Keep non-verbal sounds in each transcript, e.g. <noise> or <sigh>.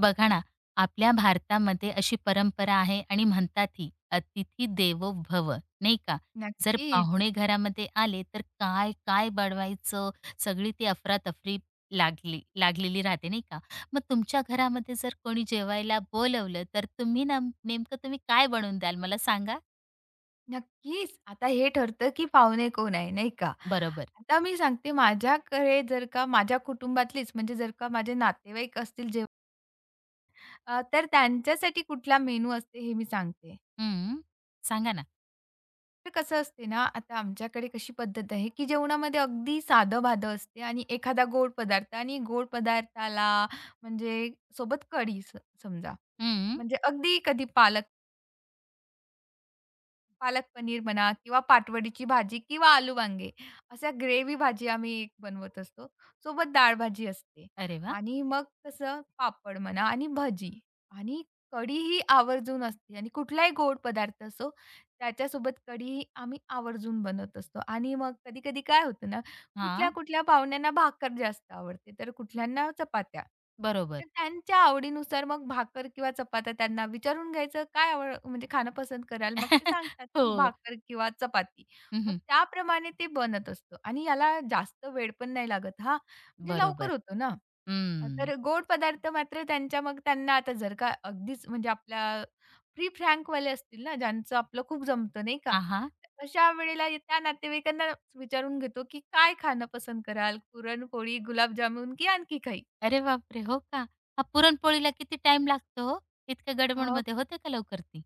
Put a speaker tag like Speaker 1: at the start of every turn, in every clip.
Speaker 1: बघा ना, आपल्या भारतामध्ये अशी परंपरा आहे आणि म्हणतात ही, "अतिथी देवो भव." नाही का? जर
Speaker 2: नक्कीच,
Speaker 1: पाहुणे घरामध्ये आले, तर काय-काय बनवायचं, सगळी ती अफरातफरी लागलेली राहते, नाही का? मग तुमच्या घरामध्ये जर कोणी जेवायला बोलवलं, तर तुम्ही नम नेमकं तुम्ही काय बनवून द्याल मला सांगा?
Speaker 2: आता हे ठरतं, की पाहुणे कोण आहे, नाही का?
Speaker 1: बरोबर.
Speaker 2: आता मी सांगते माझ्याकडे जर का माझ्या कुटुंबातलीच म्हणजे जर का माझे नातेवाईक असतील जे तर त्यांच्यासाठी कुठला मेनू असते हे मी सांगते.
Speaker 1: हं. सांगा ना.
Speaker 2: तर कसं असते ना, आता आमच्याकडे कशी पद्धत आहे, की जेवणामध्ये अगदी साधं-बाधं असते आणि एखादा गोड पदार्थ आणि गोड पदार्थाला म्हणजे सोबत कढी समजा.
Speaker 1: हं.
Speaker 2: म्हणजे अगदी कधी पालक पालक पनीर म्हणा किंवा पाटवडीची भाजी किंवा आलू वांगे अशा ग्रेव्ही भाजी आम्ही बनवत असतो. सोबत डाळ भाजी असते
Speaker 1: अरे वाह!
Speaker 2: आणि मग कसं पापड म्हणा आणि भजी आणि कढी ही आवर्जून असते आणि कुठलाही गोड पदार्थ असो त्याच्यासोबत कढी ही आम्ही आवर्जून बनवत असतो आणि मग कधी-कधी काय होतं ना
Speaker 1: हां.
Speaker 2: कुठल्या-कुठल्या पाहुण्यांना भाकर जास्त आवडते, तर कुठल्यांना चपात्या.
Speaker 1: बरोबर.
Speaker 2: तर त्यांच्या आवडीनुसार मग भाकर किंवा चपात्या त्यांना विचारून घ्यायचं, "काय आवड म्हणजे खाणं पसंत कराल?" मग ते
Speaker 1: <laughs>
Speaker 2: सांगतात, की
Speaker 1: हो.
Speaker 2: भाकर किंवा चपाती. मग
Speaker 1: हं,
Speaker 2: त्याप्रमाणे ते बनत असतं आणि याला जास्त वेळ पण नाही लागत हां, म्हणजे
Speaker 1: बरोबर.
Speaker 2: लवकर होतो ना.
Speaker 1: हं.
Speaker 2: तर गोड पदार्थ मात्र त्यांच्या मग त्यांना आता जर का अगदीच म्हणजे आपल्या प्री वाले असतील ना, ज्यांचं आपलं खूप जमतं नाही का?
Speaker 1: हां,
Speaker 2: तर अशा वेळेला त्या नातेवाईकांना विचारून घेतो, की काय खाणं पसंत कराल? पुरणपोळी, गुलाबजामुन की आणखी काही?
Speaker 1: अरे बापरे! हो का? हा पुरणपोळीला किती टाइम लागतो हो? इतक्या
Speaker 2: अ,
Speaker 1: गडबडमध्ये होते का लवकर ती?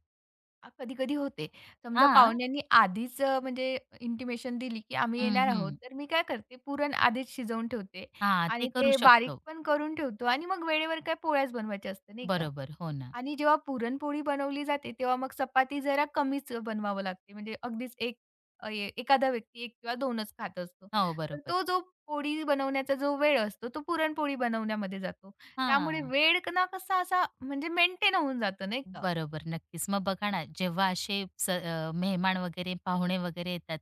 Speaker 2: कधी-कधी होते. समजा
Speaker 1: हां.
Speaker 2: पाहुण्यांनी आधीच म्हणजे इंटिमेशन दिली, की आम्ही
Speaker 1: हं,
Speaker 2: येणार आहोत.
Speaker 1: हं.
Speaker 2: तर मी काय करते पुरण आधीच शिजवून ठेवते
Speaker 1: हां, ते
Speaker 2: आणि
Speaker 1: करू
Speaker 2: ते बारीक
Speaker 1: शकतो.
Speaker 2: पण करून ठेवतो आणि मग वेळेवर काय पोळ्याच बनवायच्या असतात नाही का?
Speaker 1: बरोबर. हो ना.
Speaker 2: आणि जेव्हा पुरणपोळी बनवली जाते, तेव्हा मग चपाती जरा कमीच बनवावं लागते. म्हणजे अगदीच एक एखादा व्यक्ती 1 किंवा 2च खात असतो.
Speaker 1: हो,
Speaker 2: तर
Speaker 1: बरोबर.
Speaker 2: तो जो पोळी बनवण्याचा जो वेळ असतो, तो पुरणपोळी बनवण्यामध्ये जातो. त्यामुळे
Speaker 1: हां.
Speaker 2: वेळ क- ना कसा असा म्हणजे मेंटेन होऊन जातो नाही का?
Speaker 1: बरोबर, नक्कीच. मग बघा ना, जेव्हा मेहमान वगैरे, पाहुणे वगैरे येतात,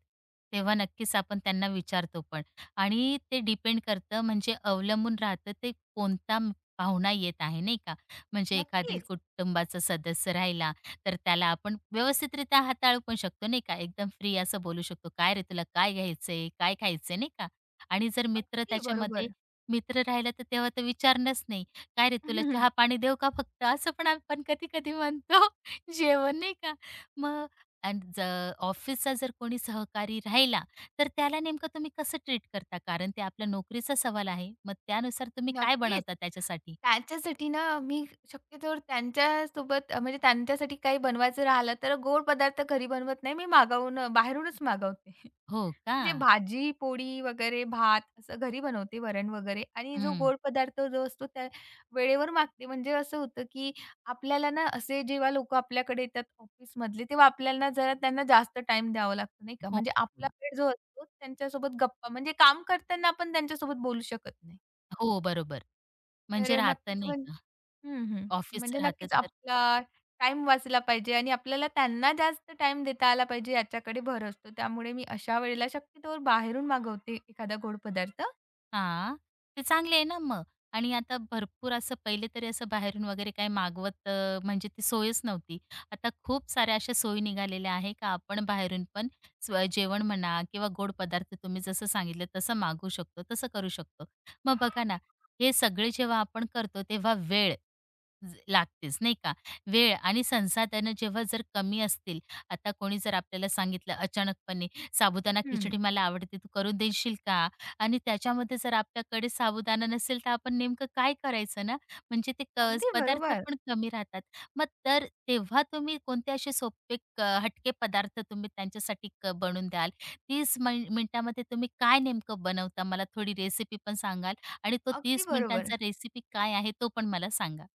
Speaker 1: तेव्हा नक्कीच आपण त्यांना विचारतो पण आणि ते डिपेंड करतं म्हणजे अवलंबून राहतं ते पाहुणा येत आहे, नाही का? म्हणजे एखादी
Speaker 2: नक्कीच.
Speaker 1: कुटुंबाचा सदस्य राहिला, तर त्याला आपण व्यवस्थितरित्या हाताळू पण शकतो, नाही का? एकदम फ्री असं बोलू शकतो, "काय रे, तुला काय घ्यायचंय? काय खायचंय?" नाही का? आणि जर मित्र
Speaker 2: अगदी
Speaker 1: त्याच्यामध्ये
Speaker 2: बरोबर.
Speaker 1: मित्र राहिला, तर तेव्हा तर विचारणंच नाही. काय रे तुला
Speaker 2: <laughs>
Speaker 1: चहा-पाणी देऊ का फक्त? असं पण आपण कधी-कधी म्हणतो. <laughs> जेवण नाही का? मग आणि ज ऑफिसचा जर कोणी सहकारी राहिला, तर त्याला नेमकं तुम्ही कसं ट्रीट करता? कारण ते आपल्या नोकरीचा सवाल आहे. मग त्यानुसार तुम्ही काय
Speaker 2: नक्कीच.
Speaker 1: बनवता त्याच्यासाठी?
Speaker 2: त्याच्यासाठी ना मी शक्यतोवर त्यांच्यासोबत म्हणजे त्यांच्यासाठी काही बनवायचं राहिलं तर गोड पदार्थ घरी बनवत नाही. मी मागवून बाहेरूनच मागवते. <laughs>
Speaker 1: हो का?
Speaker 2: म्हणजे भाजी, पोळी वगैरे, भात असं घरी बनवते वरण वगैरे आणि जो
Speaker 1: हं.
Speaker 2: गोड पदार्थ जो असतो त्या वेळेवर मागते. म्हणजे असं होतं, की आपल्याला ना असे जेव्हा लोकं आपल्याकडे येतात ऑफिसमधले, तेव्हा आपल्याला ना जरा त्यांना जास्त टाईम द्यावा लागतो नाही का.
Speaker 1: हो.
Speaker 2: म्हणजे आपला वेळ जो असतो त्यांच्यासोबत गप्पा म्हणजे काम करताना आपण त्यांच्यासोबत बोलू शकत नाही.
Speaker 1: हो, बरोबर. म्हणजे
Speaker 2: तर नक्कीच
Speaker 1: राहतं नाही
Speaker 2: म्हण
Speaker 1: का?
Speaker 2: हं, हं.
Speaker 1: ऑफिसचं
Speaker 2: म्हणजे
Speaker 1: राहतं
Speaker 2: नक्कीच
Speaker 1: तर
Speaker 2: आपला टाईम वाचला पाहिजे आणि आपल्याला त्यांना जास्त टाईम देता आला पाहिजे याच्याकडे भर असतो. त्यामुळे मी अशा वेळेला शक्यतोवर बाहेरून मागवते एखादा गोड पदार्थ.
Speaker 1: हां, ते चांगले आहे ना मग. आणि आता भरपूर असं पहिले तरी असं बाहेरून वगैरे काही म्हणजे ती सोयच नव्हती. आता खूप साऱ्या अशा सोयी निघालेल्या आहे का आपण बाहेरून पण जेवण म्हणा किंवा गोड पदार्थ तुम्ही जसं सांगितलं तसं मागवू शकतो, तसं करू शकतो. मग बघा ना, हे सगळे जेव्हा आपण करतो तेव्हा वेळ लागतेच नाही का? वेळ आणि संसाधनं जेव्हा जर कमी असतील, आता कोणी जर आपल्याला सांगितलं अचानकपणे, "साबुदाणा खिचडी
Speaker 2: हं.
Speaker 1: मला आवडते, तू करून देशील का?" आणि त्याच्यामध्ये जर आपल्याकडे साबुदाणा नसेल, तर आपण नेमकं काय करायचं ना? म्हणजे ते क
Speaker 2: अगदी
Speaker 1: पदार्थ
Speaker 2: बरोबर,
Speaker 1: पण कमी राहतात. मग तर तेव्हा तुम्ही कोणते असे सोपे क हटके पदार्थ तुम्ही त्यांच्यासाठी बनवून द्याल? 30 मिनिटामध्ये तुम्ही काय नेमकं बनवता? मला थोडी रेसिपी पण सांगाल आणि तो
Speaker 2: अगदी
Speaker 1: 30
Speaker 2: बरोबर.
Speaker 1: मिनिटांचा रेसिपी काय आहे, तो पण मला सांगा?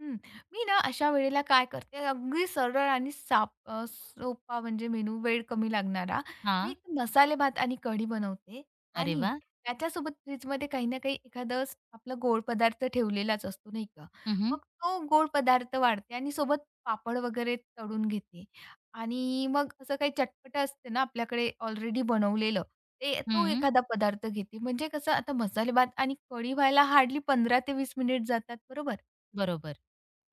Speaker 2: हं. मी ना अशा वेळेला काय करते, अगदी सरळ आणि सोपा म्हणजे मेनू, वेळ कमी लागणारा. मी
Speaker 1: हां.
Speaker 2: एक मसाले भात आणि कढी बनवते
Speaker 1: अरे
Speaker 2: आणि
Speaker 1: वाह!
Speaker 2: त्याच्यासोबत फ्रिजमध्ये काही ना काही एखादं आपला गोड पदार्थ ठेवलेलाच असतो, नाही का?
Speaker 1: हं, हं.
Speaker 2: मग तो गोड पदार्थ वाढते आणि सोबत पापड वगैरे तळून घेते आणि मग असं काही चटपटं असते ना आपल्याकडे ऑलरेडी बनवलेलं, ते तो एखादा पदार्थ घेते. म्हणजे कसं आता मसाले भात आणि कढी व्हायला हार्डली 15 ते 20 मिनिट जातात, बरोबर?
Speaker 1: बरोबर.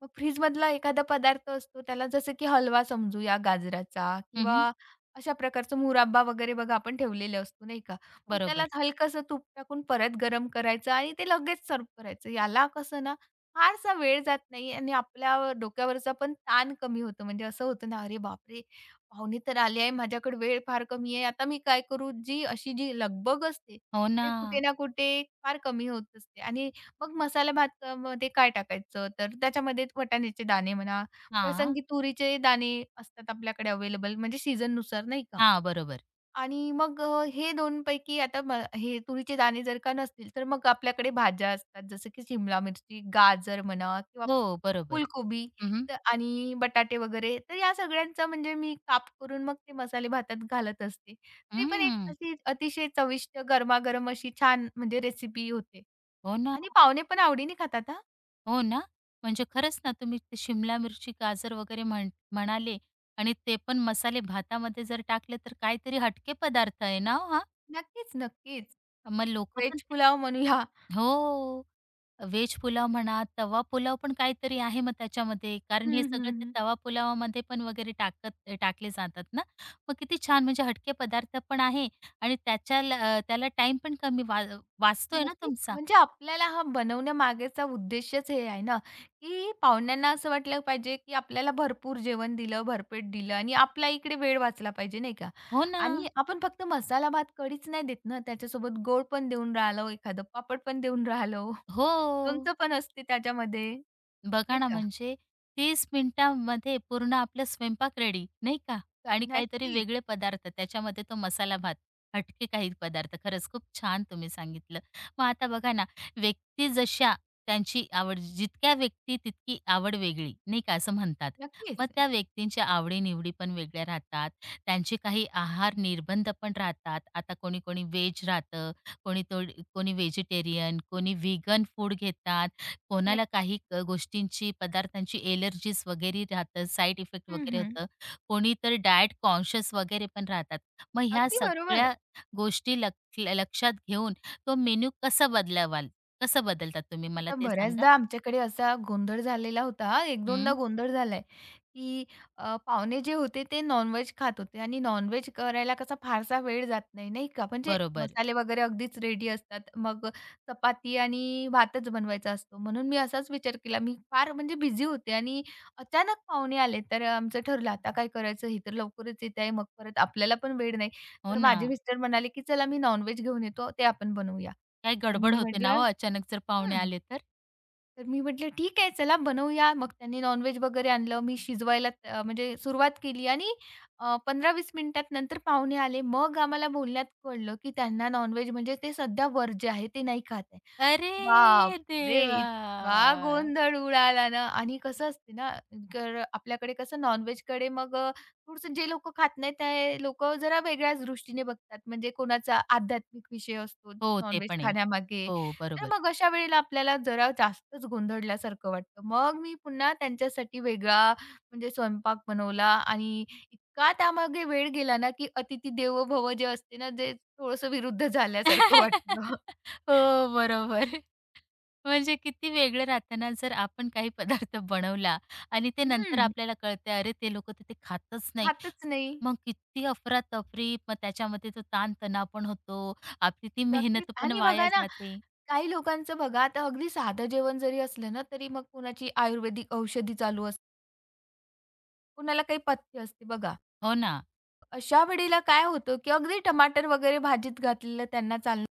Speaker 2: मग फ्रीजमधला एखादा पदार्थ असतो त्याला जसं की हलवा समजूया गाजराचा
Speaker 1: हं, हं.
Speaker 2: किंवा अशा प्रकारचा मुराब्बा वगैरे बघा आपण ठेवलेला असतो नाही का? मग त्याला
Speaker 1: बरोबर.
Speaker 2: हलकंसं तूप टाकून परत गरम करायचं आणि ते लगेच सर्व्ह करायचं. याला कसं ना फारसा वेळ जात नाही आणि आपल्या डोक्यावरचा पण ताण कमी होतो. म्हणजे असं होतं ना, "अरे बापरे! पाहुणे तर आले आहे. माझ्याकडे वेळ फार कमी आहे. आता मी काय करू?" जी अशी जी लगबग असते,
Speaker 1: हो ना.
Speaker 2: ते कुठे ना कुठे फार कमी होत असते आणि मग मसाला भात मध्ये काय टाकायचं? तर त्याच्यामध्ये वाटाण्याचे दाणे म्हणा,
Speaker 1: हां.
Speaker 2: प्रसंगी तुरीचे दाणे असतात आपल्याकडे अवेलेबल म्हणजे सीझननुसार नाही का?
Speaker 1: हां, बरोबर.
Speaker 2: आणि मग हे दोन पैकी आता म हे तुरीचे दाणे जर का नसतील, तर मग आपल्याकडे भाज्या असतात जसं की शिमला मिरची, गाजर म्हणा किंवा
Speaker 1: हो, बरोबर.
Speaker 2: फुलकोबी
Speaker 1: हं, हं.
Speaker 2: आणि बटाटे वगैरे. तर या सगळ्यांचा म्हणजे मी काप करून मग ते मसाले भातात घालत असते. ते पण एक अशी अतिशय चविष्ट गरमागरम अशी छान म्हणजे रेसिपी होते
Speaker 1: हो ना,
Speaker 2: आणि पाहुणे पण आवडीने खातात हां.
Speaker 1: हो ना. म्हणजे खरंच ना, तुम्ही ते शिमला मिरची, गाजर वगैरे म्हणाले आणि ते पण मसाले भातामध्ये जर टाकले, तर काहीतरी हटके पदार्थ आहे ना हो हा.
Speaker 2: नक्कीच,
Speaker 1: मग लोकं पण
Speaker 2: व्हेज
Speaker 1: ते
Speaker 2: पुलाव म्हणूया.
Speaker 1: हो. व्हेज पुलाव म्हणा, तवा पुलाव पण काहीतरी आहे मग त्याच्यामध्ये. कारण
Speaker 2: हं,
Speaker 1: हे
Speaker 2: हं,
Speaker 1: सगळं ते
Speaker 2: हं.
Speaker 1: तवा पुलावामध्ये पण वगैरे टाकले जातात ना. मग किती छान म्हणजे हटके पदार्थ पण आहे आणि त्याला टाईम पण कमी वाचतोय ना
Speaker 2: नक्कीच.
Speaker 1: तुमचा.
Speaker 2: म्हणजे आपल्याला हा बनवण्यामागेचा उद्देशच हे आहे ना, की पाहुण्यांना असं वाटलं पाहिजे, की आपल्याला भरपूर जेवण दिलं, भरपेट दिलं आणि आपला इकडे वेळ वाचला पाहिजे, नाही का?
Speaker 1: हो ना.
Speaker 2: आणि आपण फक्त मसाला भात, कढीच नाही देत ना, त्याच्यासोबत गोड पण देऊन राहिलो, एखादं पापड पण देऊन राहिलो.
Speaker 1: हो.
Speaker 2: लोणचं पण असते त्याच्यामध्ये,
Speaker 1: बघा
Speaker 2: नाही
Speaker 1: ना,
Speaker 2: का?
Speaker 1: म्हणजे 30 मिनिटामध्ये पूर्ण आपलं स्वयंपाक रेडी, नाही का? आणि काहीतरी
Speaker 2: नक्कीच,
Speaker 1: वेगळे पदार्थ त्याच्यामध्ये तो मसाला भात, हटके काही पदार्थ. खरंच खूप छान तुम्ही सांगितलं. मग आता बघा ना, व्यक्ती जशा त्यांची आवड जितक्या व्यक्ती तितकी आवड वेगळी, नाही का असं म्हणतात. मग
Speaker 2: नक्कीच.
Speaker 1: त्या व्यक्तींच्या आवडी पण वेगळ्या राहतात. त्यांचे काही आहार निर्बंध पण राहतात. आता कोणी-कोणी व्हेज राहतं, कोणी तो कोणी व्हेजिटेरियन, कोणी व्हीगन फूड घेतात, कोणाला
Speaker 2: नक्की
Speaker 1: काही गोष्टींची, पदार्थांची एलर्जीज वगैरे राहतं, साइड इफेक्ट
Speaker 2: हं,
Speaker 1: वगैरे
Speaker 2: हं.
Speaker 1: होतं. कोणी तर डायट कॉन्शियस वगैरे पण राहतात. मग ह्या
Speaker 2: अगदी बरोबर.
Speaker 1: सगळ्या गोष्टी लक्षात घेऊन तो मेन्यू कसा बदलावाल? कसं बदलतात तुम्ही मला
Speaker 2: तर
Speaker 1: ते सांगा?
Speaker 2: बऱ्याचदा आमच्याकडे असा गोंधळ झालेला होता, 1-2दा
Speaker 1: हं,
Speaker 2: गोंधळ झालाय, की पाहुणे जे होते ते नॉन खात होते आणि नॉन-व्हेज करायला कसा फारसा वेळ जात नाही, नाही का? म्हणजे
Speaker 1: बरोबर.
Speaker 2: मसाले वगैरे अगदीच रेडी असतात. मग चपाती आणि भातच बनवायचा असतो. म्हणून मी असाच विचार केला. मी फार म्हणजे बिझी होते आणि अचानक पाहुणे आले, तर आमचं ठरलं आता काय करायचं? हे तर लवकरच येत आहे, मग परत आपल्याला पण वेळ नाही.
Speaker 1: हो
Speaker 2: तर
Speaker 1: ना.
Speaker 2: माझे मिस्टर म्हणाले, की "चला मी नॉन घेऊन येतो, ते आपण बनवूया."
Speaker 1: काय
Speaker 2: तर
Speaker 1: गडबड
Speaker 2: मी
Speaker 1: होते ना हो
Speaker 2: म्हटलं,
Speaker 1: अचानक जर पाहुणे आले तर?
Speaker 2: तर मी म्हटलं, "ठीक आहे, चला बनवूया." मग त्यांनी नॉनव्हेज वगैरे आणलं. मी शिजवायला म्हणजे सुरुवात केली आणि 15-20 मिनिटात नंतर पाहुणे आले. मग आम्हाला बोलण्यात कळलं, की त्यांना नॉनव्हेज म्हणजे ते सध्या वर्ज्य आहे, ते नाही खात आहे.
Speaker 1: अरे
Speaker 2: बापरे!
Speaker 1: देवा!
Speaker 2: इतका गोंधळ उडाला ना आणि कसं असते ना, तर आपल्याकडे कसं नॉन कड़े मग थोडंसं जे लोकं खात नाहीत, ते लोकं जरा वेगळ्याच दृष्टीने बघतात. म्हणजे कोणाचा आध्यात्मिक विषय असतो
Speaker 1: हो, ते
Speaker 2: नॉन-व्हेज
Speaker 1: पण आहे.
Speaker 2: खाण्यामागे.
Speaker 1: हो,
Speaker 2: तर
Speaker 1: बरोबर.
Speaker 2: मग अशा वेळेला आपल्याला जरा जास्तच गोंधळल्यासारखं वाटतं. मग मी पुन्हा त्यांच्यासाठी वेगळा म्हणजे स्वयंपाक बनवला आणि इतका त्यामागे वेळ गेला ना, की "अतिथी देवो भव" जे असते ना, ते थोडंसं विरुद्ध झाल्यासारखं वाटलं.
Speaker 1: <laughs> हो,
Speaker 2: <laughs>
Speaker 1: बरोबर. म्हणजे किती वेगळं राहताना जर आपण काही पदार्थ बनवला आणि ते नंतर
Speaker 2: हं.
Speaker 1: आपल्याला कळतंय, अरे ते लोकं तर ते खातच नाही.
Speaker 2: खातच नाही.
Speaker 1: मग किती अफरातफरी, मग त्याच्यामध्ये तो ताणतणाव पण होतो. आपली ती
Speaker 2: नक्कीच
Speaker 1: मेहनत पण
Speaker 2: आणि
Speaker 1: वाया
Speaker 2: बघा ना,
Speaker 1: जाते.
Speaker 2: काही लोकांचं बघा आता अगदी साधं जेवण जरी असलं ना, तरी मग कुणाची आयुर्वेदिक औषधी चालू असते. कुणाला काही पथ्य असते बघा.
Speaker 1: हो ना.
Speaker 2: अशा वेळेला काय होतं, की अगदी टमाटर वगैरे भाजीत घातलेलं त्यांना चालतं.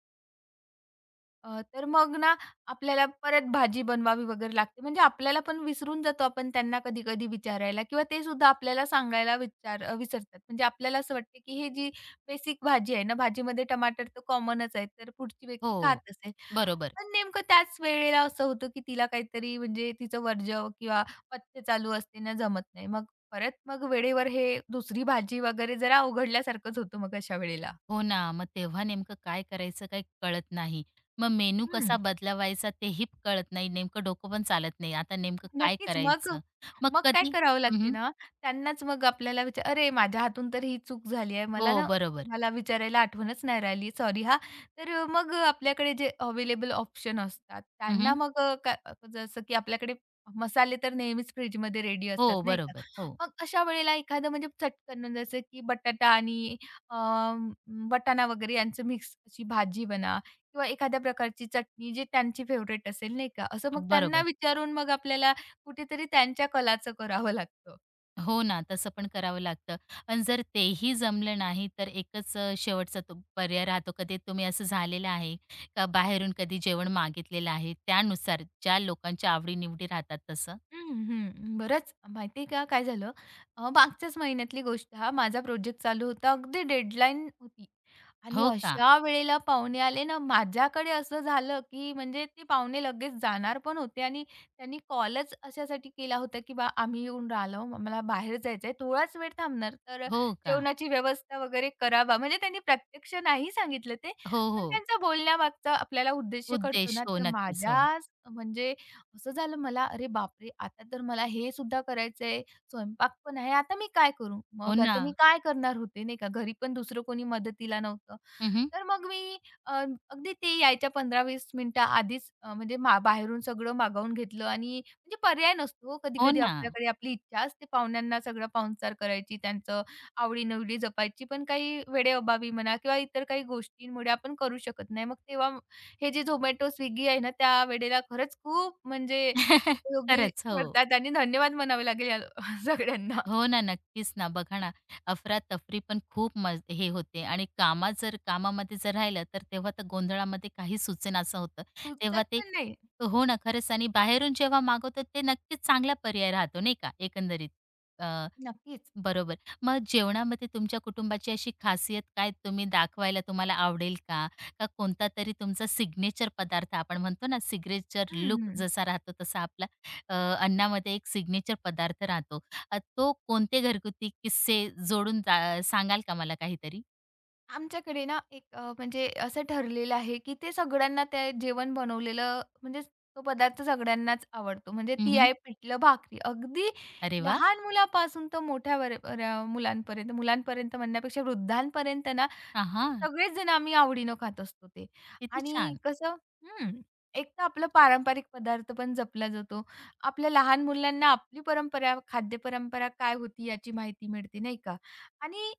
Speaker 2: अ, तर मग ना आपल्याला परत भाजी बनवावी वगैरे लागते. म्हणजे आपल्याला पण विसरून जातो आपण त्यांना कधी-कधी विचारायला किंवा ते सुद्धा आपल्याला सांगायला विसरतात. म्हणजे आपल्याला असं वाटतं, की हे जी बेसिक भाजी आहे ना, भाजीमध्ये टमाटर तर कॉमनच आहे, तर पुढची व्यक्ती
Speaker 1: हो.
Speaker 2: खात असेल.
Speaker 1: बरोबर.
Speaker 2: पण नेमकं त्याच वेळेला असं होतं, की तिला काहीतरी म्हणजे तिचं वर्ज्य किंवा पथ्य चालू असते ना, जमत नाही. मग परत मग वेळेवर हे दुसरी भाजी वगैरे जरा अवघडल्यासारखंच होतं मग अशा वेळेला.
Speaker 1: हो ना. मग तेव्हा नेमकं काय करायचं काही कळत नाही. मग मेनू कसा
Speaker 2: हं.
Speaker 1: बदलवायचा तेही कळत नाही. नेमकं डोकं पण चालत नाही. आता नेमकं काय
Speaker 2: नक्कीच. मग
Speaker 1: करायचं? मग
Speaker 2: मग काय
Speaker 1: कधी
Speaker 2: करावं लागते
Speaker 1: हं,
Speaker 2: ना, त्यांनाच मग आपल्याला विचार "अरे, माझ्या हातून तर ही चूक झाली आहे.
Speaker 1: हो,
Speaker 2: मला ना
Speaker 1: बरोबर.
Speaker 2: तुम्हाला विचारायला आठवणच नाही राहिली. सॉरी हां." तर मग आपल्याकडे जे अवेलेबल ऑप्शन असतात त्यांना
Speaker 1: हं,
Speaker 2: मग का जसं की आपल्याकडे मसाले तर नेहमीच फ्रिजमध्ये रेडी
Speaker 1: हो,
Speaker 2: असतात, नाही का?
Speaker 1: बरोबर. हो.
Speaker 2: मग अशा वेळेला एखादं म्हणजे चटकन जसं की बटाटा आणि अ, वाटाणा वगैरे यांचं मिक्स अशी भाजी बनवा किंवा एखाद्या प्रकारची चटणी जी त्यांची फेव्हरेट असेल, नाही का? असं मग त्यांना
Speaker 1: बरोबर.
Speaker 2: विचारून मग आपल्याला कुठेतरी त्यांच्या कलाचं करावं लागतं.
Speaker 1: हो ना, तसं पण करावं लागतं. पण जर तेही जमलं नाही, तर शेवटचा तो पर्याय राहतो. कधी तुम्ही असं झालेलं आहे का बाहेरून कधी जेवण मागितलेलं आहे, त्यानुसार ज्या लोकांच्या आवडी-निवडी राहतात तसं?
Speaker 2: हं, हं. बरंच माहिती आहे का काय झालं मागच्याच महिन्यातली गोष्ट हां, माझा प्रोजेक्ट चालू होता. अगदी डेडलाईन होती आणि
Speaker 1: हो का?
Speaker 2: अशा वेळेला पाहुणे आले ना, माझ्याकडे असं झालं, की म्हणजे ते पाहुणे लगेच जाणार पण होते आणि त्यांनी कॉलच अशासाठी केला होता, की आम्ही येऊन राहिलो, आम्हाला बाहेर जायचं आहे, थोडाच वेळ थांबणार, तर
Speaker 1: हो का?
Speaker 2: जेवणाची व्यवस्था वगैरे करा म्हणजे त्यांनी प्रत्यक्ष नाही सांगितलं ते,
Speaker 1: हो,
Speaker 2: पण
Speaker 1: हो.
Speaker 2: त्यांचा बोलण्यामागचा आपल्याला उद्देश कळतो
Speaker 1: उद्देश.
Speaker 2: ना.
Speaker 1: हो,
Speaker 2: तर
Speaker 1: नक्कीच. हो.
Speaker 2: माझ्या म्हणजे असं झालं मला, "अरे बापरे! आता तर मला हे सुद्धा करायचंय, स्वयंपाक पण आहे, आता मी काय करू?"
Speaker 1: हो
Speaker 2: मग
Speaker 1: ना.
Speaker 2: आता मी काय करणार होते, नाही का? घरी पण दुसरं कोणी मदतीला नव्हतं.
Speaker 1: हं,
Speaker 2: तर मग मी अ, अगदी ते यायच्या 15-20 मिनिटं आधीच अ, म्हणजे मा बाहेरून सगळं मागवून घेतलं आणि म्हणजे पर्याय नसतो हो,
Speaker 1: हो
Speaker 2: कधी-कधी
Speaker 1: ना.
Speaker 2: आपल्याकडे आपली इच्छा असते पाहुण्यांना सगळं पाहुणचार करायची, त्यांचं आवडी-निवडी जपायची, पण काही वेळेअभावी म्हणा किंवा इतर काही गोष्टींमुळे आपण करू शकत नाही. हे जे Zomato, Swiggy आहे ना, त्या वेळेला खरंच खूप म्हणजे
Speaker 1: <laughs>
Speaker 2: उपयोगी
Speaker 1: खरंच. हो.
Speaker 2: ठरतात आणि धन्यवाद म्हणावे लागेल या <laughs> सगळ्यांना.
Speaker 1: हो ना, नक्कीच ना. बघा ना, अफरा-तफरी पण खूप मज हे होते आणि कामात जर कामामध्ये जर राहिलं, तर तेव्हा तर गोंधळामध्ये काही सुचेनासं होतं. तेव्हा
Speaker 2: सुचत
Speaker 1: ते
Speaker 2: पण नाही.
Speaker 1: हो ना, खरंच आणि बाहेरून जेव्हा मागवतो, ते नक्कीच चांगला पर्याय राहतो, नाही का, एकंदरीत. अ,
Speaker 2: नक्कीच.
Speaker 1: बरोबर. मग जेवणामध्ये तुमच्या कुटुंबाची अशी खासियत काय तुम्ही दाखवायला तुम्हाला आवडेल का? का कोणता तरी तुमचा सिग्नेचर पदार्थ आपण म्हणतो ना, सिग्नेचर लूक
Speaker 2: हं,
Speaker 1: जसा राहतो तसा आपला अन्नामध्ये एक सिग्नेचर पदार्थ राहतो. तो कोणते घरगुती किस्से जोडून सांगाल का मला काहीतरी?
Speaker 2: आमच्याकडे ना एक म्हणजे असं ठरलेलं आहे, की ते सगळ्यांना ते जेवण बनवलेलं म्हणजे तो पदार्थ सगळ्यांनाच आवडतो. म्हणजे ती
Speaker 1: हं,
Speaker 2: आहे पिठलं भाकरी. अगदी
Speaker 1: अरे वाह!
Speaker 2: लहान मुलापासून तर मुलांपर्यंत, मुलांपर्यंत म्हणण्यापेक्षा वृद्धांपर्यंत ना
Speaker 1: हां,
Speaker 2: सगळेच जण आम्ही आवडीनं खात असतो ते
Speaker 1: किती
Speaker 2: आणि
Speaker 1: छान.
Speaker 2: कसं हं, एक तर आपलं पारंपरिक पदार्थ पण जपला जातो. आपल्या लहान मुलांना आपली परंपरा, खाद्य परंपरा काय होती याची माहिती मिळते, नाही का? आणि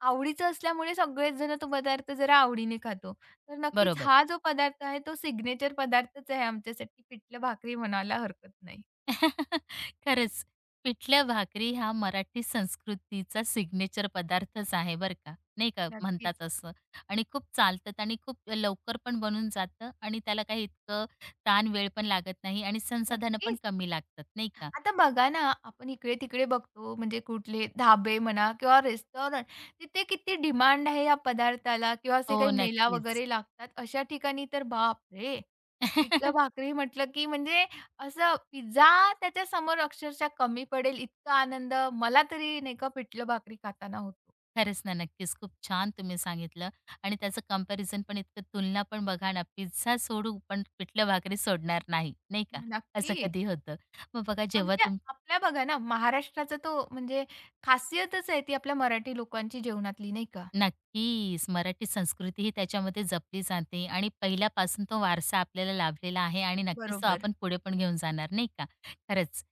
Speaker 2: आवडीचं असल्यामुळे सगळेच जण तो पदार्थ जरा आवडीने खातो. तर नक्कीच
Speaker 1: बरोबर.
Speaker 2: हा जो पदार्थ आहे तो सिग्नेचर पदार्थच आहे आमच्यासाठी. पिठलं भाकरी म्हणायला हरकत नाही.
Speaker 1: <laughs> खरंच पिठलं भाकरी हा मराठी संस्कृतीचा सिग्नेचर पदार्थच आहे बरं का, नाही का
Speaker 2: नक्कीच,
Speaker 1: म्हणतात असं आणि खूप चालतात आणि खूप लवकर पण बनून जातं आणि त्याला काही इतकं वेळ पण लागत नाही आणि संसाधनं पण
Speaker 2: नक्कीच.
Speaker 1: कमी लागतात नाही का?
Speaker 2: आता बघा ना, आपण इकडे-तिकडे बघतो म्हणजे कुठले धाबे म्हणा किंवा रेस्टॉरंट तिथे किती डिमांड आहे या पदार्थाला किंवा असे
Speaker 1: हो,
Speaker 2: काही मेला
Speaker 1: नक्कीच.
Speaker 2: वगैरे लागतात. अशा ठिकाणी तर बापरे!
Speaker 1: <laughs>
Speaker 2: पिठलं-भाकरी म्हटलं की म्हणजे असं पिझ्झा त्याच्यासमोर अक्षरशः कमी पडेल इतका आनंद मला तरी नाही का पिठलं-भाकरी खाताना होतो.
Speaker 1: खरंच ना, नक्कीच. खूप छान तुम्ही सांगितलं आणि त्याचं कंपॅरिझन पण इतकं तुलना पण बघा ना, पिझ्झा सोडू पण पिठलं भाकरी सोडणार नाही, नाही का? असं कधी
Speaker 2: नक्कीच.
Speaker 1: होतं. मग बघा
Speaker 2: मग
Speaker 1: जेव्हा
Speaker 2: ते
Speaker 1: तुम
Speaker 2: आपल्या बघा ना महाराष्ट्राचा तो म्हणजे खासियतच आहे ती आपल्या मराठी लोकांची जेवणातली नाही का?
Speaker 1: नक्कीच. मराठी संस्कृती ही त्याच्यामध्ये जपली जाते आणि पहिल्यापासून तो वारसा आपल्याला लाभलेला आहे आणि नक्कीच तो
Speaker 2: बरोबर.
Speaker 1: आपण पुढे पण घेऊन जाणार, नाही का? खरंच,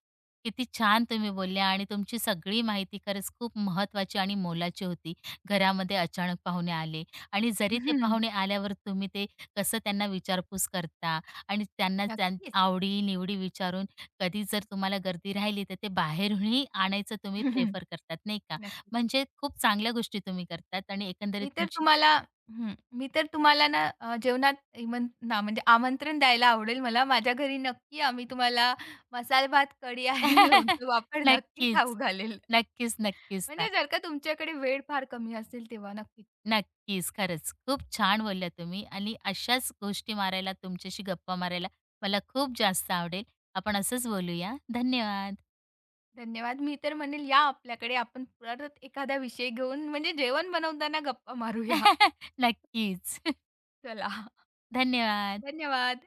Speaker 1: किती छान तुम्ही बोलल्या आणि तुमची सगळी माहिती खरंच खूप महत्त्वाची आणि मोलाची होती. घरामध्ये अचानक पाहुणे आले आणि जरी ते
Speaker 2: हं,
Speaker 1: पाहुणे आल्यावर तुम्ही ते कसं त्यांना विचारपूस करता आणि त्यांना
Speaker 2: नक्कीच.
Speaker 1: आवडी-निवडी विचारून कधी जर तुम्हाला गर्दी राहिली, तर ते बाहेरूनही आणायचं
Speaker 2: <laughs>
Speaker 1: तुम्ही
Speaker 2: हं, हं.
Speaker 1: प्रेफर करतात, नाही का?
Speaker 2: नक्कीच.
Speaker 1: म्हणजे खूप चांगल्या गोष्टी तुम्ही करतात आणि एकंदरीत
Speaker 2: मी तर
Speaker 1: तुमची
Speaker 2: तुम्हाला हं. मी तर तुम्हाला ना जेवणात इमं ना म्हणजे आमंत्रण द्यायला आवडेल मला. माझ्या घरी नक्की आम्ही तुम्हाला मसाला भात, कढी आणि <laughs>
Speaker 1: <laughs>
Speaker 2: लोणचं, पापड नक्की खाऊ
Speaker 1: नक्कीच,
Speaker 2: घालेल.
Speaker 1: नक्कीच ना.
Speaker 2: म्हणजे जर का तुमच्याकडे वेळ फार कमी असेल तेव्हा नक्कीच.
Speaker 1: नक्कीच, खरंच. खूप छान बोलल्या तुम्ही आणि अशाच गोष्टी मारायला, तुमच्याशी गप्पा मारायला मला खूप जास्त आवडेल. आपण असंच बोलूया. धन्यवाद.
Speaker 2: धन्यवाद. मी तर म्हणेल या आपल्याकडे. आपण परत एखादा विषय घेऊन म्हणजे जेवण बनवताना गप्पा मारूया.
Speaker 1: <laughs> नक्कीच. <laughs>
Speaker 2: चला.
Speaker 1: धन्यवाद.
Speaker 2: धन्यवाद.